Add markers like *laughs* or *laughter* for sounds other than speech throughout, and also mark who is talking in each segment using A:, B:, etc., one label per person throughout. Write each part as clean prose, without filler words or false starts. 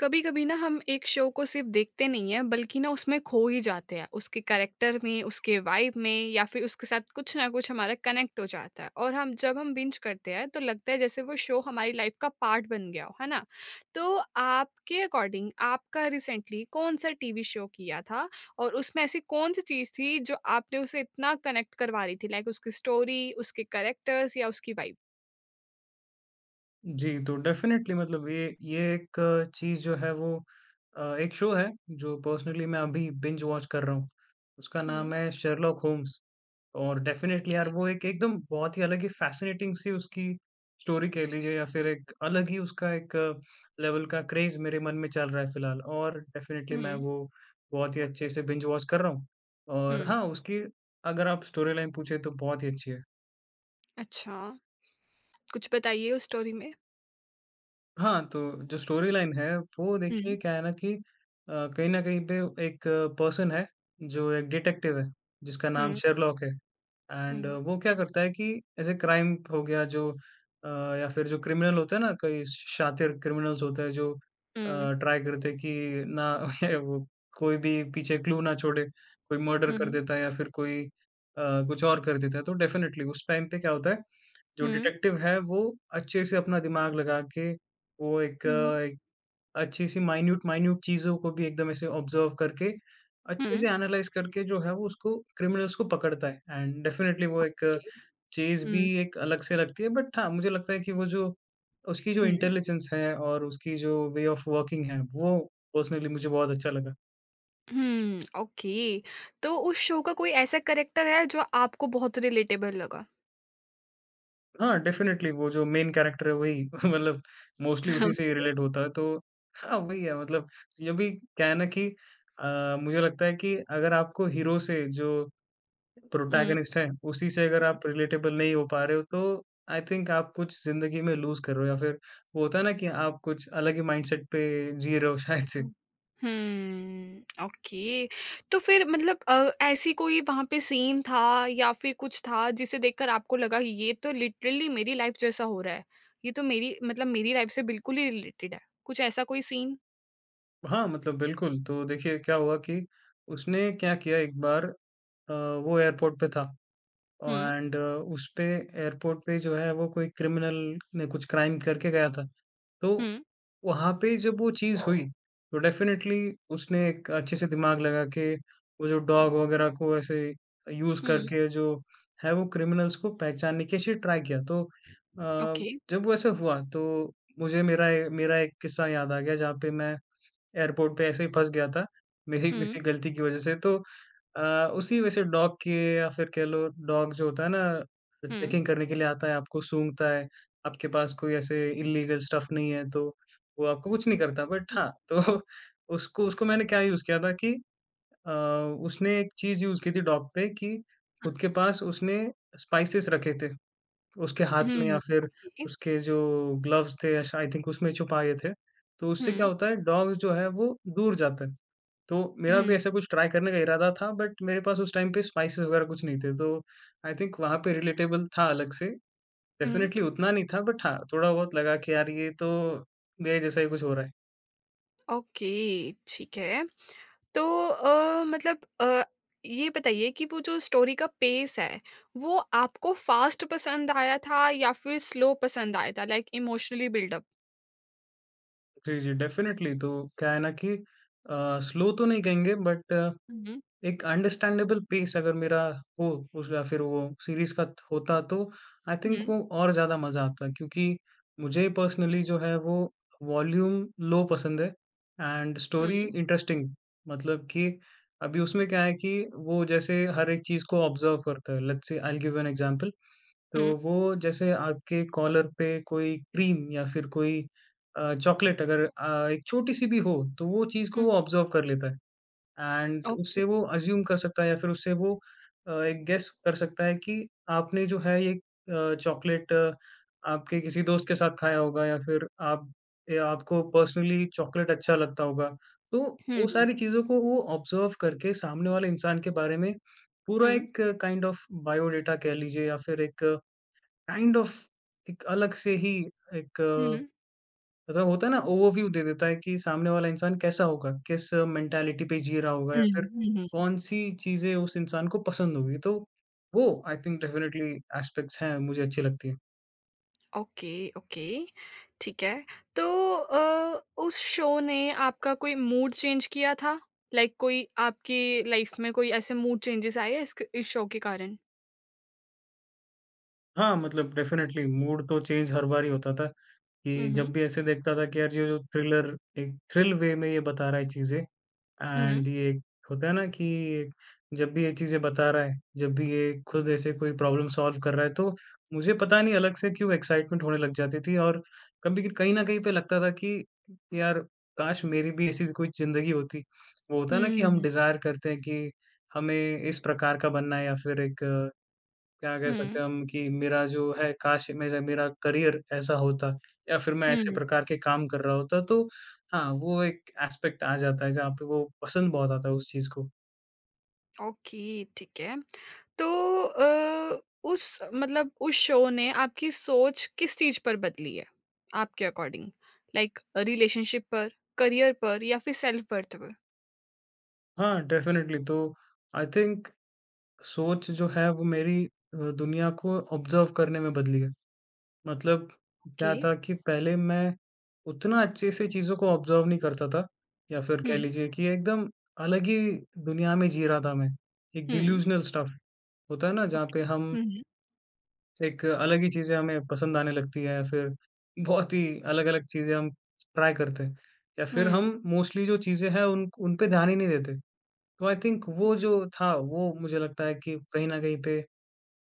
A: कभी कभी ना हम एक शो को सिर्फ देखते नहीं है बल्कि ना उसमें खो ही जाते हैं, उसके कैरेक्टर में, उसके वाइब में या फिर उसके साथ कुछ ना कुछ हमारा कनेक्ट हो जाता है। और हम जब हम बिंज करते हैं तो लगता है जैसे वो शो हमारी लाइफ का पार्ट बन गया हो, है ना। तो आपके अकॉर्डिंग आपका रिसेंटली कौन सा टीवी शो किया था, और उसमें ऐसी कौन सी चीज थी जो आपने उसे इतना कनेक्ट करवा रही थी, लाइक उसकी स्टोरी, उसके कैरेक्टर्स या उसकी वाइब।
B: जी, तो डेफ़िनेटली मतलब ये एक चीज़ जो है वो एक शो है जो पर्सनली मैं अभी बिंज वॉच कर रहा हूँ। उसका नाम
A: हम्म।
B: है शर्लॉक होम्स। और डेफ़िनेटली यार
A: Okay.
B: वो एक एकदम बहुत ही अलग ही फ़ैसिनेटिंग सी उसकी स्टोरी कह लीजिए, या फिर एक अलग ही उसका एक लेवल का क्रेज़ मेरे मन में चल रहा है फ़िलहाल, और डेफ़िनेटली मैं
A: हम्म।
B: वो बहुत ही अच्छे से बिंज वॉच कर रहा हूँ। और
A: हम्म।
B: हाँ, उसकी अगर आप स्टोरी लाइन पूछे तो बहुत ही अच्छी है।
A: अच्छा, कुछ बताइए उस स्टोरी में।
B: हाँ, तो जो स्टोरी लाइन है वो देखिए
A: हम्म।
B: क्या है ना कि कहीं न कहीं पे एक पर्सन है, जो एक डिटेक्टिव है, जिसका नाम
A: हुँ,
B: शेरलॉक है। एंड
A: हुँ,
B: वो क्या करता है कि ऐसे क्राइम हो गया जो अ, या फिर जो क्रिमिनल होते हैं ना, कई शातिर क्रिमिनल्स होते हैं जो
A: हुँ,
B: ट्राई करते हैं कि ना *laughs* वो कोई भी पीछे क्लू ना छोड़े। कोई मर्डर कर
A: हुँ,
B: देता है, या फिर कोई कुछ और कर देता है। तो डेफ़िनेटली उस टाइम पे क्या होता है, जो
A: हुँ,
B: डिटेक्टिव है वो अच्छे से अपना दिमाग लगा के वो
A: हुँ,
B: एक अच्छी सी माइन्यूट माइन्यूट चीज़ों को भी एकदम ऐसे ऑब्ज़र्व करके,
A: हुँ,
B: अच्छे से एनालाइज़ करके जो है वो उसको क्रिमिनल्स को पकड़ता है। एंड डेफ़िनेटली वो एक
A: जी,
B: चेज़ भी
A: हुँ,
B: एक अलग से लगती है, बट हाँ, मुझे लगता है कि वो जो उसकी जो
A: हुँ,
B: इंटेलिजेंस है और उसकी जो वे ऑफ़ वर्किंग है, वो पर्सनली मुझे बहुत अच्छा लगा।
A: हुँ, ओके। तो उस शो का कोई ऐसा कैरेक्टर है जो आपको बहुत रिलेटेबल लगा?
B: हाँ, डेफ़िनेटली वो जो मेन कैरेक्टर है वही *laughs* मतलब
A: *laughs*
B: मोस्टली उसी से ही
A: ओके,
B: रिलेट होता है। तो हाँ, वही है। मतलब ये भी क्या है ना कि मुझे लगता है कि अगर आपको हीरो से जो
A: हुँ,
B: प्रोटैगनिस्ट है, उसी से अगर
A: हुँ,
B: आप रिलेटेबल नहीं हो पा रहे हो, तो आई थिंक आप कुछ ज़िंदगी में लूज़ कर रहे हो, या फिर वो होता है ना कि आप कुछ अलग ही माइंडसेट पे जी रहे हो शायद से।
A: हुँ, हुँ, ओके। तो फिर मतलब ऐसी कोई वहाँ पे सीन था या फिर कुछ था जिसे देखकर आपको लगा कि ये तो लिटरली मेरी लाइफ़ जैसा हो रहा है। ये तो मेरी मतलब मेरी लाइफ़ से बिल्कुल ही रिलेटेड है। कुछ ऐसा कोई सीन?
B: हाँ, मतलब बिल्कुल, तो देखिए क्या हुआ कि उसने क्या किया एक बार। अ, वो एयरपोर्ट पे था।
A: हुँ,
B: एंड उसपे एयरपोर्ट पे जो है वो कोई क्रिमिनल ने कुछ क्राइम करके गया था। तो
A: हुँ,
B: वहाँ पे जब वो चीज़ हुई, तो डेफ़िनेटली उसने एक अच्छे से दिमाग लगा के वो जो डॉग वग़ैरह को ऐसे यूज़
A: हुँ,
B: करके जो है वो क्रिमिनल्स को पहचानने की ऐसे ट्राई किया। तो
A: ओके,
B: जब वो ऐसा हुआ, तो मुझे मेरा एक किस्सा याद आ गया जहाँ पे मैं एयरपोर्ट पे ऐसे ही फँस गया था, मेरी
A: हुँ।
B: किसी गलती की वज़ह से। तो अ, उसी वजह से डॉग के, या फिर कह लो डॉग जो होता है ना,
A: हुँ।
B: चेकिंग करने के लिए आता है, आपको सूँघता है, आपके पास कोई ऐसे इल्लीगल स्टफ़ नहीं है, तो वो आपको कुछ नहीं करता। बट हाँ, *laughs* तो उसको उसको मैंने क्या यूज़ किया था कि अ, उसने एक चीज़ यूज़ की थी डॉग पे कि खुद के पास उसने स्पाइसेस रखे थे। उसके हाथ में
A: हुँ,
B: या फिर
A: ओके।
B: उसके जो ग्लव्स थे श आई थिंक उसमें छुपाए थे। तो उससे क्या
A: हुँ,
B: होता है, डॉग जो है वो दूर जाता है। तो मेरा भी
A: हुँ,
B: ऐसा कुछ ट्राई करने का इरादा था, बट मेरे पास उस टाइम पे स्पाइसेस वगैरह कुछ नहीं थे। तो आई थिंक वहाँ पे रिलेटेबल था अलग से।
A: हुँ।
B: डेफ़िनेटली उतना नहीं था, बट हाँ, थोड़ा बहुत लगा कि यार ये तो मेरे जैसा ही कुछ हो रहा है।
A: ओके, ठीक है। तो मतलब ये बताइए कि वो जो स्टोरी का पेस है, वो आपको फ़ास्ट पसंद आया था या फिर स्लो पसंद आया था, लाइक इमोशनली बिल्डअप?
B: जी, जी डेफ़िनेटली तो क्या है ना कि स्लो तो नहीं कहेंगे, बट
A: हुँ,
B: एक अंडरस्टैंडेबल पेस अगर मेरा हो उसका, फिर वो सीरीज़ का होता तो आई थिंक
A: हुँ,
B: वो और ज़्यादा मज़ा आता, क्योंकि मुझे पर्सनली जो है वो वॉल्यूम लो पसंद है एंड स्टोरी
A: हुँ,
B: इंटरेस्टिंग। मतलब कि अभी उसमें क्या है कि वो जैसे हर एक चीज़ को ऑब्ज़र्व करता है, let's say I will give an example. तो
A: हुँ,
B: वो जैसे आपके कॉलर पे कोई क्रीम या फिर कोई चॉकलेट अगर एक छोटी-सी भी हो, तो वो चीज़ को
A: हुँ,
B: वो ऑब्ज़र्व कर लेता है। And
A: okay.
B: उससे वो अज़्यूम कर सकता है, या फिर उससे वो एक गेस कर सकता है कि आपने जो है ये चॉकलेट आपके किसी दोस्त के साथ खाया होगा, या फिर आप या आपको पर्सनली चॉकलेट अच्छा लगता होगा। तो
A: हुँ,
B: वो
A: हुँ,
B: सारी चीज़ों को वो ऑब्ज़र्व करके सामने वाले इंसान के बारे में पूरा
A: हुँ,
B: एक काइंड ऑफ बायोडाटा कह लीजिए, या फिर एक काइंड ऑफ एक अलग से ही एक
A: हुँ,
B: मतलब होता है ना, ओवरव्यू दे देता है कि सामने वाला इंसान कैसा होगा, किस मेंटालिटी पे जी रहा होगा, या
A: हुँ,
B: फिर
A: हुँ, हुँ।
B: कौन-सी चीज़ें उस इंसान को पसंद होगी। तो वो आई थिंक डेफ़िनेटली एस्पेक्ट्स हैं मुझे अच्छी लगती हैं।
A: ओके, ओके, ठीक है। तो उस शो ने आपका कोई मूड चेंज किया था? लाइक कोई आपकी लाइफ में कोई ऐसे मूड चेंजेस आए हैं इसक इस शो के कारण?
B: हाँ, मतलब डेफ़िनेटली मूड तो चेंज हर बार ही होता था कि
A: हुँ,
B: जब
A: हुँ,
B: भी ऐसे देखता था कि यार ये जो थ्रिलर एक थ्रिल वे में ये बता रहा है चीज़ें,
A: हुँ,
B: एंड ये एक होता है ना कि एक जब भी ये चीज़ें बता रहा है, जब भी ये खुद ऐसे कोई प्रॉब्लम सॉल्व कर रहा है, तो मुझे पता नहीं अलग से क्यों एक्साइटमेंट होने लग जाती थी, और कभी कहीं न कहीं पे लगता था कि यार काश मेरी भी ऐसी कोई ज़िंदगी होती। वो होता है ना कि हम
A: हुँ,
B: डिज़ायर करते हैं कि हमें इस प्रकार का बनना है, या फिर एक क्या कह सकते
A: हुँ,
B: हैं हम कि मेरा जो है काश मेरा मेरा करियर ऐसा होता, या फिर मैं ऐसे
A: हुँ,
B: प्रकार के काम कर रहा होता, तो हाँ, वो एक एस्पेक्ट आ जाता है जहाँ पे वो पसंद बहुत आता है उस चीज़ को।
A: ओके, ठीक है। तो उस मतलब उस शो ने आपकी सोच किस चीज़ पर बदली है, आपके अकॉर्डिंग? लाइक रिलेशनशिप पर, करियर पर या फिर सेल्फ वर्थ पर?
B: हाँ, डेफ़िनेटली तो आई थिंक सोच जो है वो मेरी दुनिया को ऑब्ज़र्व करने में बदली है। मतलब क्या
A: ओके,
B: था कि पहले मैं उतना अच्छे से चीज़ों को ऑब्ज़र्व नहीं करता था, या फिर कह
A: हुँ,
B: लीजिए कि एकदम अलग ही दुनिया में जी रहा था मैं। एक
A: हुँ,
B: डिल्यूज़नल स्टफ़ होता है ना जहाँ
A: ओके,
B: पे हम
A: हुँ, हुँ,
B: एक अलग ही चीज़ें हमें पसंद आने लगती हैं, फिर बहुत ही अलग-अलग चीज़ें हम ट्राई करते हैं। या फिर
A: हुँ।
B: हम मोस्टली जो चीज़ें हैं उन उन पे ध्यान ही नहीं देते। तो आई थिंक वो
A: हुँ,
B: जो था, वो मुझे लगता है कि कहीं न कहीं पे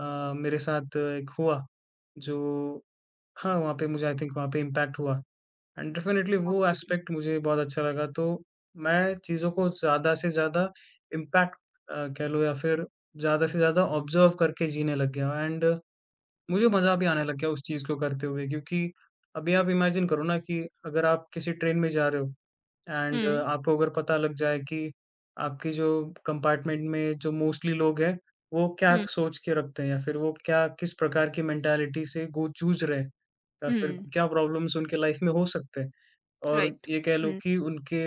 B: मेरे साथ एक हुआ जो, हाँ, वहाँ पे मुझे आई थिंक वहाँ पे इम्पैक्ट हुआ, एंड डेफ़िनेटली वो
A: ओके।
B: एस्पेक्ट मुझे बहुत अच्छा लगा। तो मैं चीज़ों को ज़्यादा से ज़्यादा इम्पैक्ट कह लो, या फिर ज़्यादा से ज़्यादा ऑब्ज़र्व करके जीने लग गया, एंड मुझे मज़ा भी आने लग गया उस चीज़ को करते हुए, क्योंकि अभी आप इमेजिन करो ना कि अगर आप किसी ट्रेन में जा रहे हो, एंड
A: हुँ,
B: आपको अगर पता लग जाए कि आपकी जो कंपार्टमेंट में जो मोस्टली लोग हैं, वो क्या
A: हुँ,
B: सोच के रखते हैं, या फिर वो क्या किस प्रकार की मेंटालिटी से गो जूझ रहे हैं, या फिर
A: हुँ,
B: क्या प्रॉब्लम्स उनके लाइफ में हो सकते हैं, और
A: राइट।
B: ये कह लो
A: हुँ,
B: कि उनके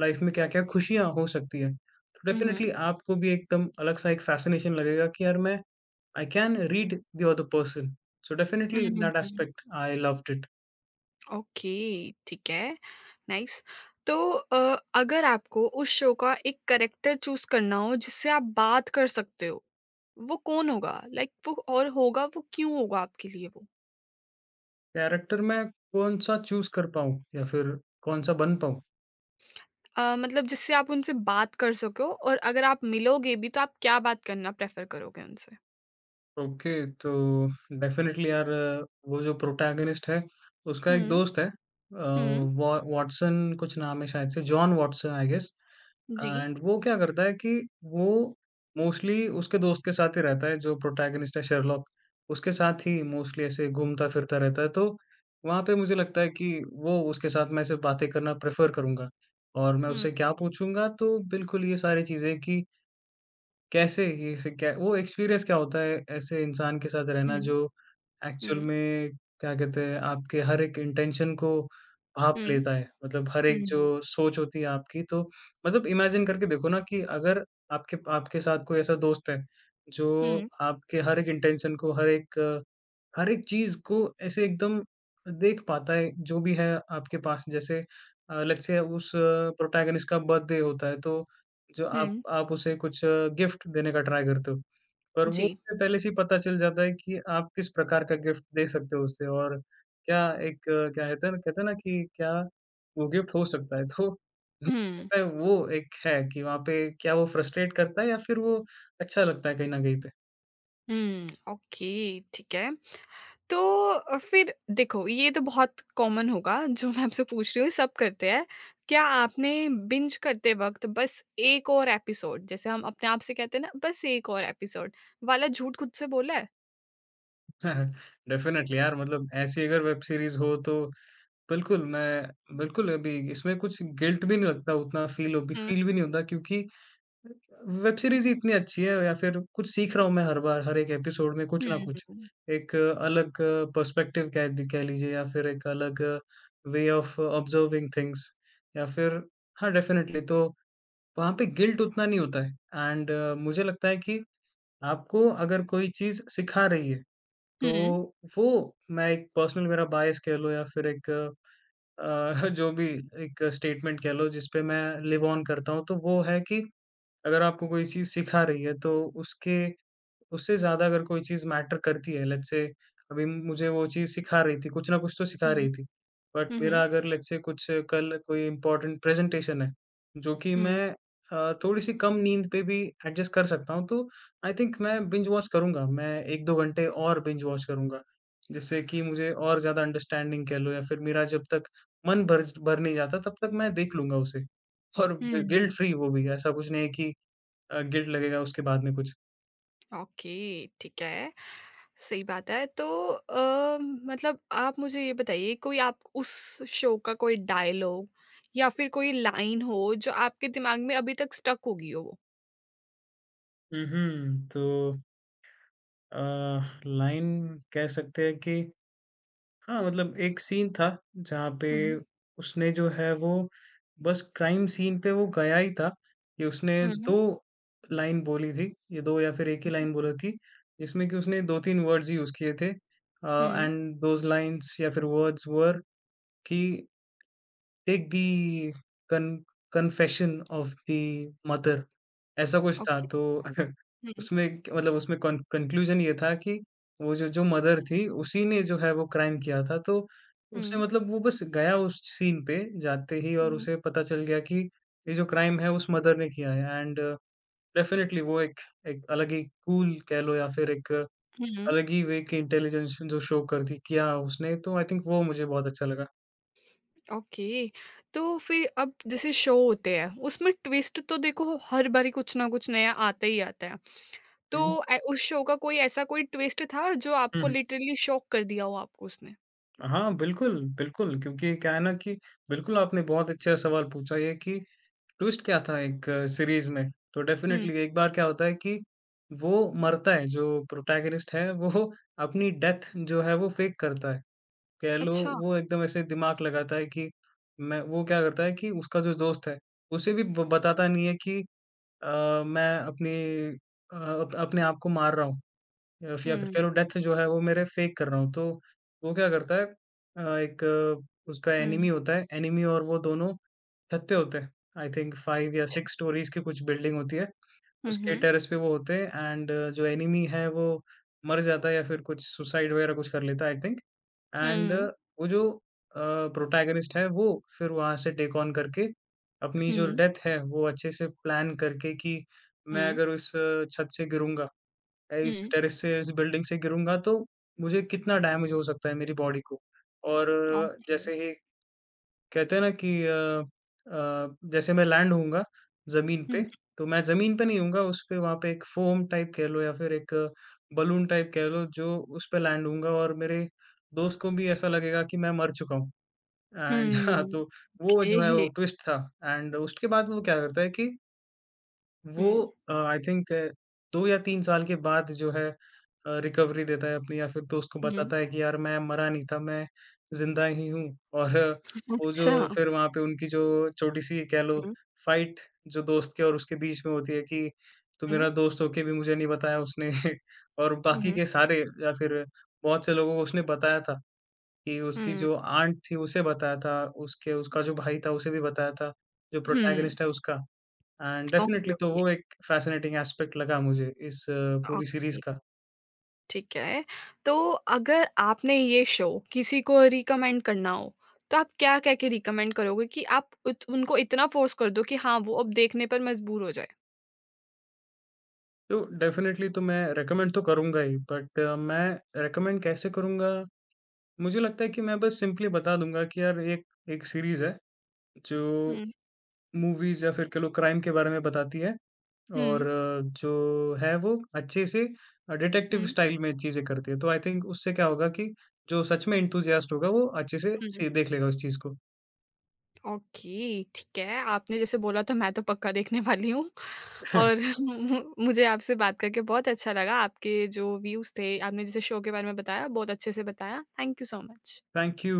B: लाइफ में क्या-क्या खुशियाँ हो सकती हैं। तो
A: हुँ, हुँ,
B: डेफ़िनेटली आपको भी एकदम अलग-सा एक फ़ैसिनेशन लगेगा कि यार मैं I can read the other person. So definitely
A: hmm,
B: in
A: hmm,
B: that
A: hmm.
B: aspect I loved it.
A: Okay, ठीक है, नाइस। तो अगर आपको उस शो का एक कैरेक्टर चूज़ करना हो जिससे आप बात कर सकते हो, वो कौन होगा? लाइक वो और होगा वो क्यों होगा आपके लिए वो?
B: कैरेक्टर मैं कौन सा चूज कर पाऊँ, या फिर कौन सा बन पाऊँ?
A: मतलब जिससे आप उनसे बात कर सको, और अगर आप मिलोगे भी तो आप क्या बात करना प्रेफ़र करोगे उनसे?
B: ओके, तो डेफिनेटली यार वो जो प्रोटैगनिस्ट है उसका एक
A: हुँ,
B: दोस्त है।
A: हुँ,
B: वॉ वॉटसन कुछ नाम है शायद से, जॉन वॉटसन आई गेस।
A: जी।
B: एंड वो क्या करता है कि वो मोस्टली उसके दोस्त के साथ ही रहता है, जो प्रोटैगनिस्ट है शेरलॉक, उसके साथ ही मोस्टली ऐसे घूमता-फिरता रहता है। तो वहाँ पे मुझे लगता है कि वो उसके साथ मैं ऐसे बातें करना प्रेफ़र करूँगा, और मैं
A: हुँ,
B: उससे क्या पूछूँगा, तो बिल्कुल ये सारी चीज़ें कि कैसे ये से क्या वो एक्सपीरियंस क्या होता है ऐसे इंसान के साथ रहना
A: हुँ,
B: जो एक्चुअल
A: हुँ,
B: में, क्या कहते हैं, आपके हर एक इंटेंशन को भाँप
A: हुँ,
B: लेता है। मतलब हर एक जो
A: हुँ,
B: सोच होती है आपकी, तो मतलब इमेजिन करके देखो ना कि अगर आपके आपके साथ कोई ऐसा दोस्त है, जो
A: हुँ,
B: आपके हर एक इंटेंशन को, हर एक चीज़ को ऐसे एकदम देख पाता है, जो भी है आपके पास। जैसे लेट्स से उस प्रोटैगनिस्ट का बर्थडे होता है, तो जो आप
A: हुँ,
B: आप उसे कुछ गिफ्ट देने का ट्राई करते हो, पर वो
A: जी।
B: उसे पहले से ही पता चल जाता है कि आप किस प्रकार का गिफ्ट दे सकते हो उसे, और क्या क्या कहते हैं ना कि क्या वो गिफ्ट हो सकता है। तो *laughs* मुझे
A: हुँ।
B: लगता है वो एक है कि वहाँ पे क्या वो फ्रस्ट्रेट करता है, या फिर वो अच्छा लगता है कहीं न कहीं पे?
A: हुँ, ओके, ठीक है। तो फिर देखो ये तो बहुत कॉमन होगा जो मैं आपसे पूछ रही हूँ, सब करते हैं। क्या आपने बिंज करते वक़्त, बस एक और एपिसोड, जैसे हम अपने आप से कहते हैं ना बस एक और एपिसोड, वाला झूठ खुद से बोला है?
B: डेफ़िनेटली यार मतलब ऐसी अगर वेब सीरीज़ हो तो बिल्कुल मैं बिल्कुल अभी इसमें कुछ गिल्ट भी नहीं लगता उतना, फ़ील हो भी
A: हुँ।
B: फ़ील भी नहीं होता क्योंकि वेब सीरीज़ ही इतनी अच्छी है या फ़िर कुछ सीख रहा हूँ मैं हर बार, हर एक एपिसोड में कुछ
A: हुँ,
B: ना
A: हुँ,
B: कुछ।
A: हुँ।
B: एक अलग पर्सपेक्टिव कह लीजिए या फ़िर एक अलग वे ऑफ़ ऑब्ज़र्विंग थिंग्स या फ़िर हाँ, डेफ़िनेटली तो वहाँ पे गिल्ट उतना नहीं होता है एंड मुझे लगता है कि आपको अगर कोई चीज़ सिखा रही है
A: हुँ,
B: तो
A: हुँ,
B: वो, मैं एक पर्सनल, मेरा बायस कह लो या फिर एक अ, *laughs* जो भी एक स्टेटमेंट कह लो जिस पे मैं लिव ऑन करता हूँ, तो वो है कि अगर आपको कोई चीज़ सिखा रही है तो उसके उससे ज़्यादा अगर कोई चीज़ मैटर करती है, लेट्स से अभी मुझे वो चीज़ सिखा रही थी, कुछ ना कुछ तो सिखा रही थी। बट
A: हुँ,
B: मेरा
A: हुँ,
B: अगर लेट्स से कुछ कल कोई इम्पोर्टेंट प्रेज़ेंटेशन है, जो कि मैं थोड़ी-सी कम नींद पे भी एडजस्ट कर सकता हूँ, तो आई थिंक मैं बिंज वॉच करूँगा। मैं 1-2 घंटे और बिंज वॉच करूँगा, जिससे कि मुझे और ज़्यादा अंडरस्टैंडिंग कह लो या फिर मेरा जब तक मन भर भर नहीं जाता, तब तक मैं देख लूँगा उसे। और
A: हुँ,
B: गिल्ट
A: हुँ।
B: फ्री वो भी, ऐसा कुछ नहीं है कि गिल्ट लगेगा उसके बाद में कुछ।
A: ओके, ठीक है, सही बात है। तो मतलब आप मुझे ये बताइए, कोई आप उस शो का कोई डायलॉग या फिर कोई लाइन हो जो आपके दिमाग में अभी तक स्टक होगी हो वो।
B: हुँ, हुँ। तो अ, लाइन कह सकते हैं कि हाँ, मतलब एक सीन था जहाँ पे
A: हम्म।
B: उसने जो है वो बस क्राइम सीन पे वो गया ही था कि उसने
A: हम्म।
B: 2 लाइन बोली थी, ये 2 या फिर 1 ही लाइन बोली थी, जिसमें कि उसने 2-3 वर्ड्स यूज़ किए थे,
A: हम्म।
B: एंड दोज़ लाइन्स या फिर वर्ड्स वर कि take the con confession of the mother, ऐसा कुछ था
A: ओके।
B: तो *laughs*
A: हम्म।
B: उसमें क मतलब उसमें कन कन्क्लूज़न ये था कि वो जो जो मदर थी, उसी ने जो है वो क्राइम किया था। तो
A: हम्म।
B: उसने मतलब वो बस गया उस सीन पे जाते ही और
A: हम्म।
B: उसे पता चल गया कि ये जो क्राइम है उस मदर ने किया है एंड डेफ़िनिटली वो एक एक अलग ही कूल कह लो या फिर एक
A: हम्म,
B: अलग ही वे की इंटेलिजेंस जो शो कर दी किया उसने, तो आई थिंक वो मुझे बहुत अच्छा लगा।
A: ओके। तो फिर अब जैसे शो होते हैं उसमें ट्विस्ट तो देखो हर बारी कुछ ना कुछ नया आता ही आता है, तो
B: हुँ,
A: उस शो का कोई ऐसा कोई ट्विस्ट था जो
B: हुँ,
A: आपको
B: हुँ।
A: लिटरली शॉक कर दिया हो आपको उसने।
B: हाँ, बिल्कुल, बिल्कुल क्योंकि क्या है ना कि बिल्कुल आपने बहुत अच्छा सवाल पूछा ये कि ट्विस्ट क्या था एक सीरीज़ में, तो डेफ़िनेटली एक बार क्या होता है कि वो मरता है, जो प्रोटैगनिस्ट है वो अपनी डेथ जो है वो फ़ेक करता है। कह लो
A: अच्छा।
B: वो एकदम ऐसे दिमाग लगाता है कि मैं, वो क्या करता है कि उसका जो दोस्त है, उसे भी ब बताता नहीं है कि मैं अपनी, अ, अप अपने आप को मार रहा हूँ। या फिर कह
A: हुँ,
B: लो डेथ जो है वो मेरे फेक कर रहा हूँ। तो वो क्या करता है, एक, उसका एनिमी
A: हुँ,
B: होता है, एनिमी और वो दोनों छत पे होते हैं। आई थिंक 5 या 6
A: अच्छा।
B: स्टोरीज़ की कुछ बिल्डिंग होती है।
A: हुँ,
B: उसके
A: हुँ,
B: टेरेस पे वो होते हैं एंड जो एनिमी है वो मर जाता है या फिर कुछ सुसाइड वगैरह कुछ कर लेता है आई थिंक। एंड
A: हुँ,
B: वो जो अ, प्रोटैगनिस्ट है वो फिर वहाँ से टेक ऑन करके अपनी जो
A: हुँ,
B: डेथ है वो अच्छे से प्लान करके कि मैं
A: हुँ,
B: अगर इस, छत से गिरूँगा, मैं इस
A: हुँ,
B: टेरेस से इस बिल्डिंग से गिरूँगा तो मुझे कितना डैमेज हो सकता है मेरी बॉडी को। और
A: ओके।
B: जैसे ही कहते हैं ना कि जैसे मैं लैंड होऊँगा ज़मीन पे,
A: हुँ,
B: तो मैं ज़मीन पे नहीं होऊँगा, उस पे वहाँ पे एक फ़ोम टाइप कह लो या फिर एक बलून टाइप कह लो जो उस पे लैंड होऊँगा और मेरे दोस्त को भी ऐसा लगेगा कि मैं मर चुका हूँ एंड *laughs* हाँ,
A: हुँ,
B: तो वो जो है वो
A: ओके।
B: ट्विस्ट था एंड उसके बाद वो क्या करता है कि वो
A: हुँ,
B: आई थिंक 2 या 3 साल के बाद जो है रिकवरी देता है अपनी या फिर दोस्त को
A: हुँ,
B: बताता है कि यार मैं मरा नहीं था, मैं ज़िंदा ही हूँ और वो जो
A: अच्छा।
B: फिर वहाँ पे उनकी जो छोटी-सी कह लो
A: हुँ,
B: फाइट जो दोस्त के और उसके बीच में होती है कि तू
A: हुँ,
B: मेरा दोस्त होके भी मुझे नहीं बताया उसने *laughs* और
A: हुँ,
B: बाकी
A: हुँ,
B: के सारे या फिर बहुत से लोगों को उसने बताया था कि उसकी
A: हुँ,
B: जो आंट थी उसे बताया था, उसके उसका जो भाई था उसे भी बताया था, जो
A: हुँ,
B: प्रोटैगनिस्ट है उसका। एंड
A: ओके,
B: डेफ़िनेटली तो
A: ओके,
B: वो एक फ़ैसिनेटिंग एस्पेक्ट लगा मुझे इस पूरी सीरीज़
A: ओके,
B: का।
A: ठीक है। तो अगर आपने ये शो किसी को रिकमेंड करना हो, तो आप क्या कह के रिकमेंड करोगे कि आप उत उनको इतना फ़ोर्स कर दो कि हाँ, वो अब देखने पर मजबूर हो जाए?
B: तो डेफ़िनेटली तो मैं रिकमेंड तो करूँगा ही, बट मैं रिकमेंड कैसे करूँगा? मुझे लगता है कि मैं बस सिंपली बता दूँगा कि यार एक एक सीरीज़ है जो
A: हुँ,
B: मूवीज़ या फिर कह लो क्राइम के बारे में बताती है और
A: हुँ,
B: जो है वो अच्छे से, डिटेक्टिव
A: हुँ,
B: स्टाइल में चीज़ें करती है। तो आई थिंक उससे क्या होगा कि जो सच में एंथुसियास्ट होगा वो अच्छे से
A: हुँ।
B: से देख लेगा उस चीज़ को।
A: ओके, ठीक है। आपने जैसे बोला तो मैं तो पक्का देखने वाली हूँ,
B: *laughs*
A: और *laughs* मुझे आपसे बात करके बहुत अच्छा लगा। आपके जो व्यूज़ थे, आपने जैसे शो के बारे में बताया, बहुत अच्छे से बताया। Thank you so much.
B: Thank you.